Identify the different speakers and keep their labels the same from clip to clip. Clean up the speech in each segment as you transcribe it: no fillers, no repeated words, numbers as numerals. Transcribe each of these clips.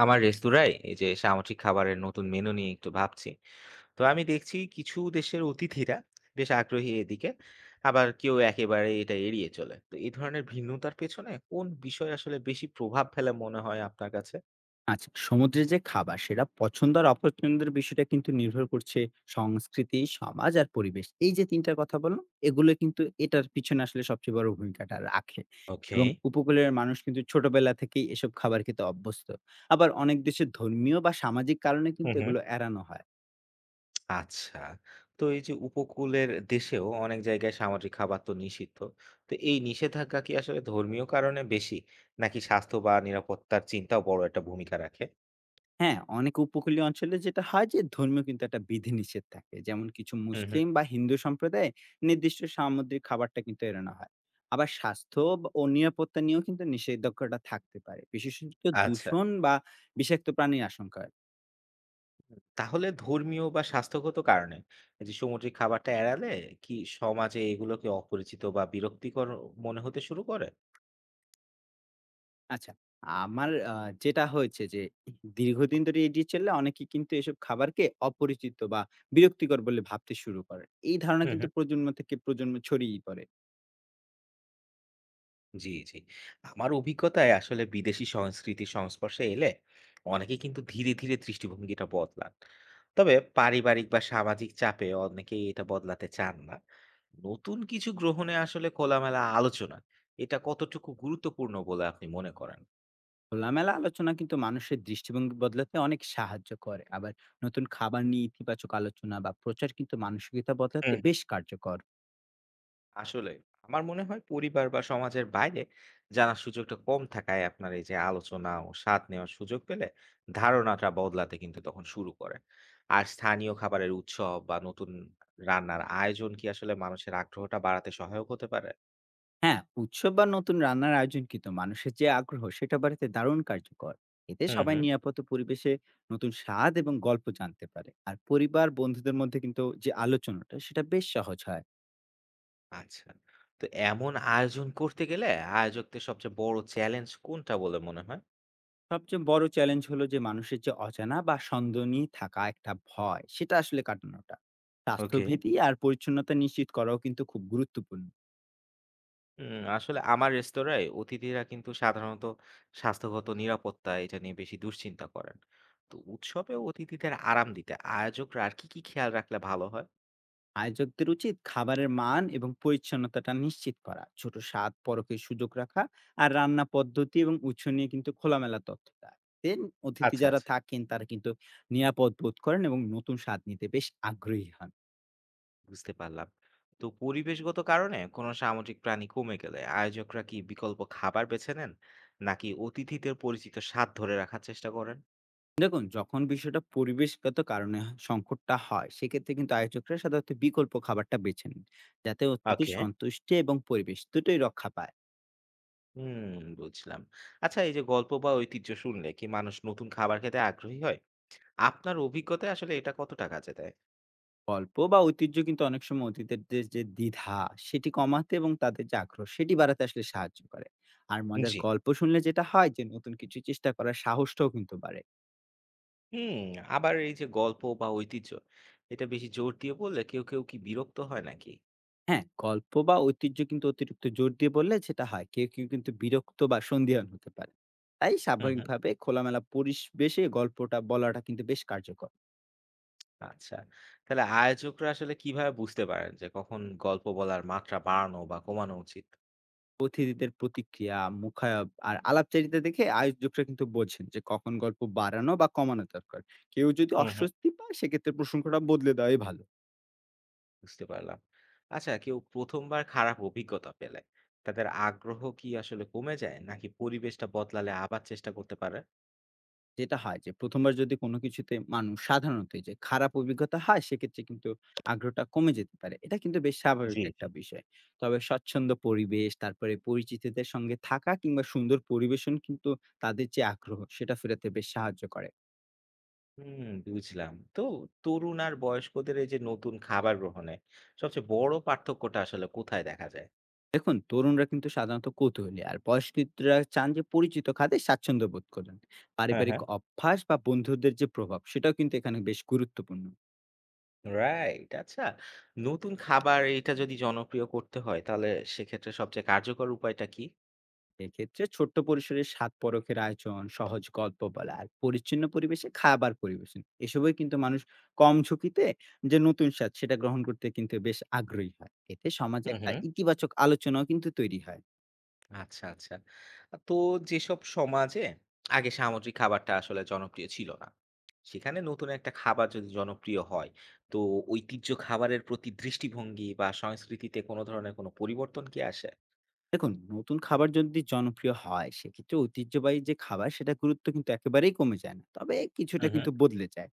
Speaker 1: আমার রেস্তোরাঁয় এই যে সামুদ্রিক খাবারের নতুন মেনু নিয়ে একটু ভাবছি, তো আমি দেখছি কিছু দেশের অতিথিরা বেশ আগ্রহী এদিকে, আবার কেউ একেবারে এটা এড়িয়ে চলে। তো এই ধরনের ভিন্নতার পেছনে কোন বিষয় আসলে বেশি প্রভাব ফেলে মনে হয় আপনার কাছে?
Speaker 2: আচ্ছা, সমুদ্রের যে খাবার সেটা পছন্দ আর অপছন্দের বিষয়টা কিন্তু নির্ভর করছে সংস্কৃতি, সমাজ আর পরিবেশ। এই যে তিনটার কথা বললাম, এগুলো কিন্তু এটার পিছনে আসলে সবচেয়ে বড় ভূমিকাটা রাখে।
Speaker 1: ওকে।
Speaker 2: এবং উপকূলের মানুষ কিন্তু ছোটবেলা থেকেই এসব খাবার খেতে অভ্যস্ত। আবার অনেক দেশে ধর্মীয় বা সামাজিক কারণে
Speaker 1: হুম
Speaker 2: কিন্তু
Speaker 1: হুম।
Speaker 2: এগুলো এড়ানো হয়।
Speaker 1: আচ্ছা, তো এই যে উপকূলের দেশেও অনেক জায়গায় সামুদ্রিক খাবার তো নিষিদ্ধ, তো এই নিষেধাজ্ঞা কি আসলে ধর্মীয় কারণে বেশি, নাকি স্বাস্থ্য বা নিরাপত্তার চিন্তাও বড় একটা ভূমিকা রাখে?
Speaker 2: হ্যাঁ, অনেক উপকূলীয় অঞ্চলে যেটা হয় যে ধর্মীয় কিন্তু একটা বিধিনিষেধ থাকে। যেমন কিছু
Speaker 1: হুম হুম।
Speaker 2: মুসলিম বা হিন্দু সম্প্রদায়ে নির্দিষ্ট সামুদ্রিক খাবারটা কিন্তু এড়ানো হয়। আবার স্বাস্থ্য বা ও নিরাপত্তা নিয়েও কিন্তু নিষেধাজ্ঞাটা থাকতে পারে। বিশেষত
Speaker 1: আচ্ছা,
Speaker 2: দূষণ বা বিষাক্ত প্রাণীর আশঙ্কা হয়।
Speaker 1: তাহলে ধর্মীয় বা স্বাস্থ্যগত কারণে এই যে সামুদ্রিক খাবারটা এড়ালে, কি সমাজে এগুলোকে অপরিচিত বা বিরক্তিকর মনে হতে শুরু করে?
Speaker 2: আচ্ছা, আমার আ যেটা হয়েছে যে দীর্ঘদিন ধরে এড়িয়ে চললে অনেকে কিন্তু এসব খাবারকে অপরিচিত বা বিরক্তিকর বলে ভাবতে শুরু করে। এই ধারণা
Speaker 1: হুম
Speaker 2: কিন্তু
Speaker 1: হুম।
Speaker 2: প্রজন্ম থেকে প্রজন্ম ছড়িয়েই পড়ে।
Speaker 1: জি জি। আমার অভিজ্ঞতায় আসলে বিদেশি সংস্কৃতির সংস্পর্শে এলে অনেকে কিন্তু ধীরে ধীরে দৃষ্টিভঙ্গিটা বদলান, তবে পারিবারিক বা সামাজিক চাপে অনেকেই এটা বদলাতে চান না। নতুন কিছু গ্রহণে আসলে খোলামেলা আলোচনা, এটা কতটুকু গুরুত্বপূর্ণ বলে আপনি মনে করেন?
Speaker 2: খোলামেলা আলোচনা কিন্তু মানুষের দৃষ্টিভঙ্গি বদলাতে অনেক সাহায্য করে। আবার নতুন খাবার নিয়ে ইতিবাচক আলোচনা বা প্রচার কিন্তু মানসিকতা বদলাতে বেশ কার্যকর।
Speaker 1: আসলে আমার মনে হয় পরিবার বা সমাজের বাইরে জানার সুযোগটা কম থাকায়, আপনার এই যে আলোচনা ও স্বাদ নেওয়ার সুযোগ পেলে ধারণাটা বদলাতে কিন্তু তখন শুরু করে। আর স্থানীয় খাবারের উৎসব বা নতুন রান্নার আয়োজন কি আসলে মানুষের আগ্রহটা বাড়াতে সহায়ক হতে পারে?
Speaker 2: হ্যাঁ, উৎসব বা নতুন রান্নার আয়োজন কিন্তু মানুষের যে আগ্রহ সেটা বাড়াতে দারুণ কার্যকর। এতে
Speaker 1: হুম
Speaker 2: সবাই
Speaker 1: হুম।
Speaker 2: নিরাপদ পরিবেশে নতুন স্বাদ এবং গল্প জানতে পারে, আর পরিবার বন্ধুদের মধ্যে কিন্তু যে আলোচনাটা সেটা বেশ সহজ হয়।
Speaker 1: আচ্ছা, তো এমন আয়োজন করতে গেলে আয়োজকদের সবচেয়ে বড় চ্যালেঞ্জ কোনটা বলে মনে হয়?
Speaker 2: সবচেয়ে বড় চ্যালেঞ্জ হলো যে মানুষের যে অজানা বা সন্দেহ নিয়ে থাকা একটা ভয়, সেটা আসলে কাটানোটা।
Speaker 1: ওকে।
Speaker 2: স্বাস্থ্যবিধি আর পরিচ্ছন্নতা নিশ্চিত করাও কিন্তু খুব গুরুত্বপূর্ণ।
Speaker 1: হুম, আসলে আমার রেস্তোরাঁয় অতিথিরা কিন্তু সাধারণত স্বাস্থ্যগত নিরাপত্তা এটা নিয়ে বেশি দুশ্চিন্তা করেন। তো উৎসবে অতিথিদের আরাম দিতে আয়োজকরা আর কি কি খেয়াল রাখলে ভালো হয়?
Speaker 2: আয়োজকদের উচিত খাবারের মান এবং পরিচ্ছন্নতাটা নিশ্চিত করা, ছোট স্বাদ পরকের সুযোগ রাখা, আর রান্না পদ্ধতি এবং উৎস নিয়ে কিন্তু খোলামেলা তথ্য দেন। অতিথি
Speaker 1: আচ্ছা
Speaker 2: যারা
Speaker 1: আচ্ছা,
Speaker 2: থাকেন তারা কিন্তু নিরাপদ বোধ করেন এবং নতুন স্বাদ নিতে বেশ আগ্রহী হন।
Speaker 1: বুঝতে পারলাম। তো পরিবেশগত কারণে কোনো সামুদ্রিক প্রাণী কমে গেলে আয়োজকরা কি বিকল্প খাবার বেছে নেন, নাকি অতিথিদের পরিচিত স্বাদ ধরে রাখার চেষ্টা করেন?
Speaker 2: দেখুন, যখন বিষয়টা পরিবেশগত কারণে সংকটটা হয়, সেক্ষেত্রে কিন্তু আয়োজকরা সাধারণত বিকল্প খাবারটা বেছে নেন, যাতে অতিথির
Speaker 1: ওকে।
Speaker 2: সন্তুষ্টি এবং পরিবেশ দুটোই রক্ষা পায়।
Speaker 1: হুম, বুঝলাম। আচ্ছা, এই যে গল্প বা ঐতিহ্য শুনলে কি মানুষ নতুন খাবার খেতে আগ্রহী হয়? আপনার অভিজ্ঞতায় আসলে এটা কত টাকা কাজে দেয়?
Speaker 2: গল্প বা ঐতিহ্য কিন্তু অনেক সময় অতিথিদের যে দ্বিধা সেটি কমাতে এবং তাদের যে আগ্রহ সেটি বাড়াতে আসলে সাহায্য করে। আর মজার
Speaker 1: জি।
Speaker 2: গল্প শুনলে যেটা হয় যে নতুন কিছু চেষ্টা করার সাহসটাও কিন্তু বাড়ে।
Speaker 1: হুম, আবার এই যে গল্প বা ঐতিহ্য, এটা বেশি জোর দিয়ে বললে কেউ কি বিরক্ত হয় নাকি?
Speaker 2: হ্যাঁ, গল্প বা ঐতিহ্য কিন্তু অতিরিক্ত জোর দিয়ে বললে যেটা হয়, কেউ, কেউ কিন্তু বিরক্ত বা সন্দিহান হতে পারে। তাই
Speaker 1: হুম, হুম।
Speaker 2: স্বাভাবিকভাবে খোলামেলা পরিবেশে গল্পটা বলাটা কিন্তু বেশ কার্যকর।
Speaker 1: আচ্ছা। তাহলে আয়োজকরা আসলে কিভাবে বুঝতে পারেন যে কখন গল্প বলার মাত্রা বাড়ানো বা কমানো উচিত?
Speaker 2: অতিথিদের প্রতিক্রিয়া, মুখায়ব আর আলাপচারিতা দেখে আয়োজকরা কিন্তু বোঝেন যে কখন গল্প বাড়ানো বা কমানো দরকার। কেউ যদি
Speaker 1: হুম, হুম।
Speaker 2: অস্বস্তি পায়, সেক্ষেত্রে প্রসঙ্গটা বদলে দেওয়াই ভালো।
Speaker 1: বুঝতে পারলাম। আচ্ছা, কেউ ১ম বার খারাপ অভিজ্ঞতা পেলে তাদের আগ্রহ কি আসলে কমে যায়, নাকি পরিবেশটা বদলালে আবার চেষ্টা করতে পারে?
Speaker 2: যেটা হয় যে ১ম বার যদি কোনো কিছুতে মানুষ সাধারণত এই যে খারাপ অভিজ্ঞতা হয়, সেক্ষেত্রে কিন্তু আগ্রহটা কমে যেতে পারে। এটা কিন্তু বেশ স্বাভাবিক
Speaker 1: জি, জি।
Speaker 2: একটা বিষয়। তবে স্বচ্ছন্দ পরিবেশ, তারপরে পরিচিতদের সঙ্গে থাকা কিংবা সুন্দর পরিবেশন কিন্তু তাদের যে আগ্রহ, সেটা ফেরাতে বেশ সাহায্য করে।
Speaker 1: হুম, বুঝলাম। তো তরুণ আর বয়স্কদের এই যে নতুন খাবার গ্রহণে সবচেয়ে বড় পার্থক্যটা আসলে কোথায় দেখা যায়?
Speaker 2: দেখুন, তরুণরা কিন্তু সাধারণত কৌতূহলী, আর বয়স্করা চান যে পরিচিত খাতে স্বাচ্ছন্দ্য বোধ করেন।
Speaker 1: হ্যাঁ,
Speaker 2: পারিবারিক
Speaker 1: হ্যাঁ।
Speaker 2: অভ্যাস বা বন্ধুদের যে প্রভাব, সেটাও কিন্তু এখানে বেশ গুরুত্বপূর্ণ।
Speaker 1: রাইট। আচ্ছা, নতুন খাবার এটা যদি জনপ্রিয় করতে হয় তাহলে সেক্ষেত্রে সবচেয়ে কার্যকর উপায়টা কি?
Speaker 2: এক্ষেত্রে ছোট্ট পরিসরে স্বাদ পরখের আয়োজন, সহজ গল্প বলা আর পরিচ্ছন্ন পরিবেশে খাবার পরিবেশন, এসবই কিন্তু মানুষ কম ঝুঁকিতে যে নতুন স্বাদ সেটা গ্রহণ করতে কিন্তু বেশ আগ্রহী হয়। এতে সমাজে
Speaker 1: হুম,
Speaker 2: একটা
Speaker 1: হুম।
Speaker 2: ইতিবাচক আলোচনাও কিন্তু তৈরি হয়।
Speaker 1: আচ্ছা, আচ্ছা। তো যেসব সমাজে আগে সামুদ্রিক খাবারটা আসলে জনপ্রিয় ছিল না, সেখানে নতুন একটা খাবার যদি জনপ্রিয় হয়, তো ঐতিহ্য খাবারের প্রতি দৃষ্টিভঙ্গি বা সংস্কৃতিতে কোনো ধরনের কোনো পরিবর্তন কি আসে?
Speaker 2: দেখুন, নতুন খাবার যদি জনপ্রিয় হয়, সেক্ষেত্রে ঐতিহ্যবাহী যে খাবার সেটা গুরুত্ব কিন্তু একেবারেই কমে যায় না, তবে কিছুটা
Speaker 1: হুম, হুম।
Speaker 2: কিন্তু বদলে যায়।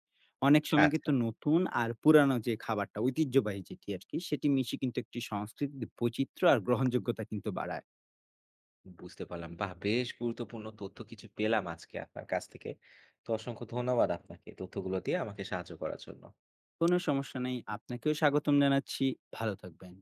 Speaker 2: অনেক সময়
Speaker 1: আচ্ছা,
Speaker 2: কিন্তু নতুন আর পুরানো যে খাবারটা, ঐতিহ্যবাহী যেটি আর কি, সেটি মিশে কিন্তু একটি সংস্কৃতির বৈচিত্র্য আর গ্রহণযোগ্যতা কিন্তু বাড়ায়।
Speaker 1: বুঝতে পারলাম। বাহ! বেশ গুরুত্বপূর্ণ তথ্য কিছু পেলাম আজকে আপনার কাছ থেকে। তো অসংখ্য ধন্যবাদ আপনাকে তথ্যগুলো দিয়ে আমাকে সাহায্য করার জন্য।
Speaker 2: কোনো সমস্যা নেই। আপনাকেও স্বাগতম জানাচ্ছি। ভালো থাকবেন।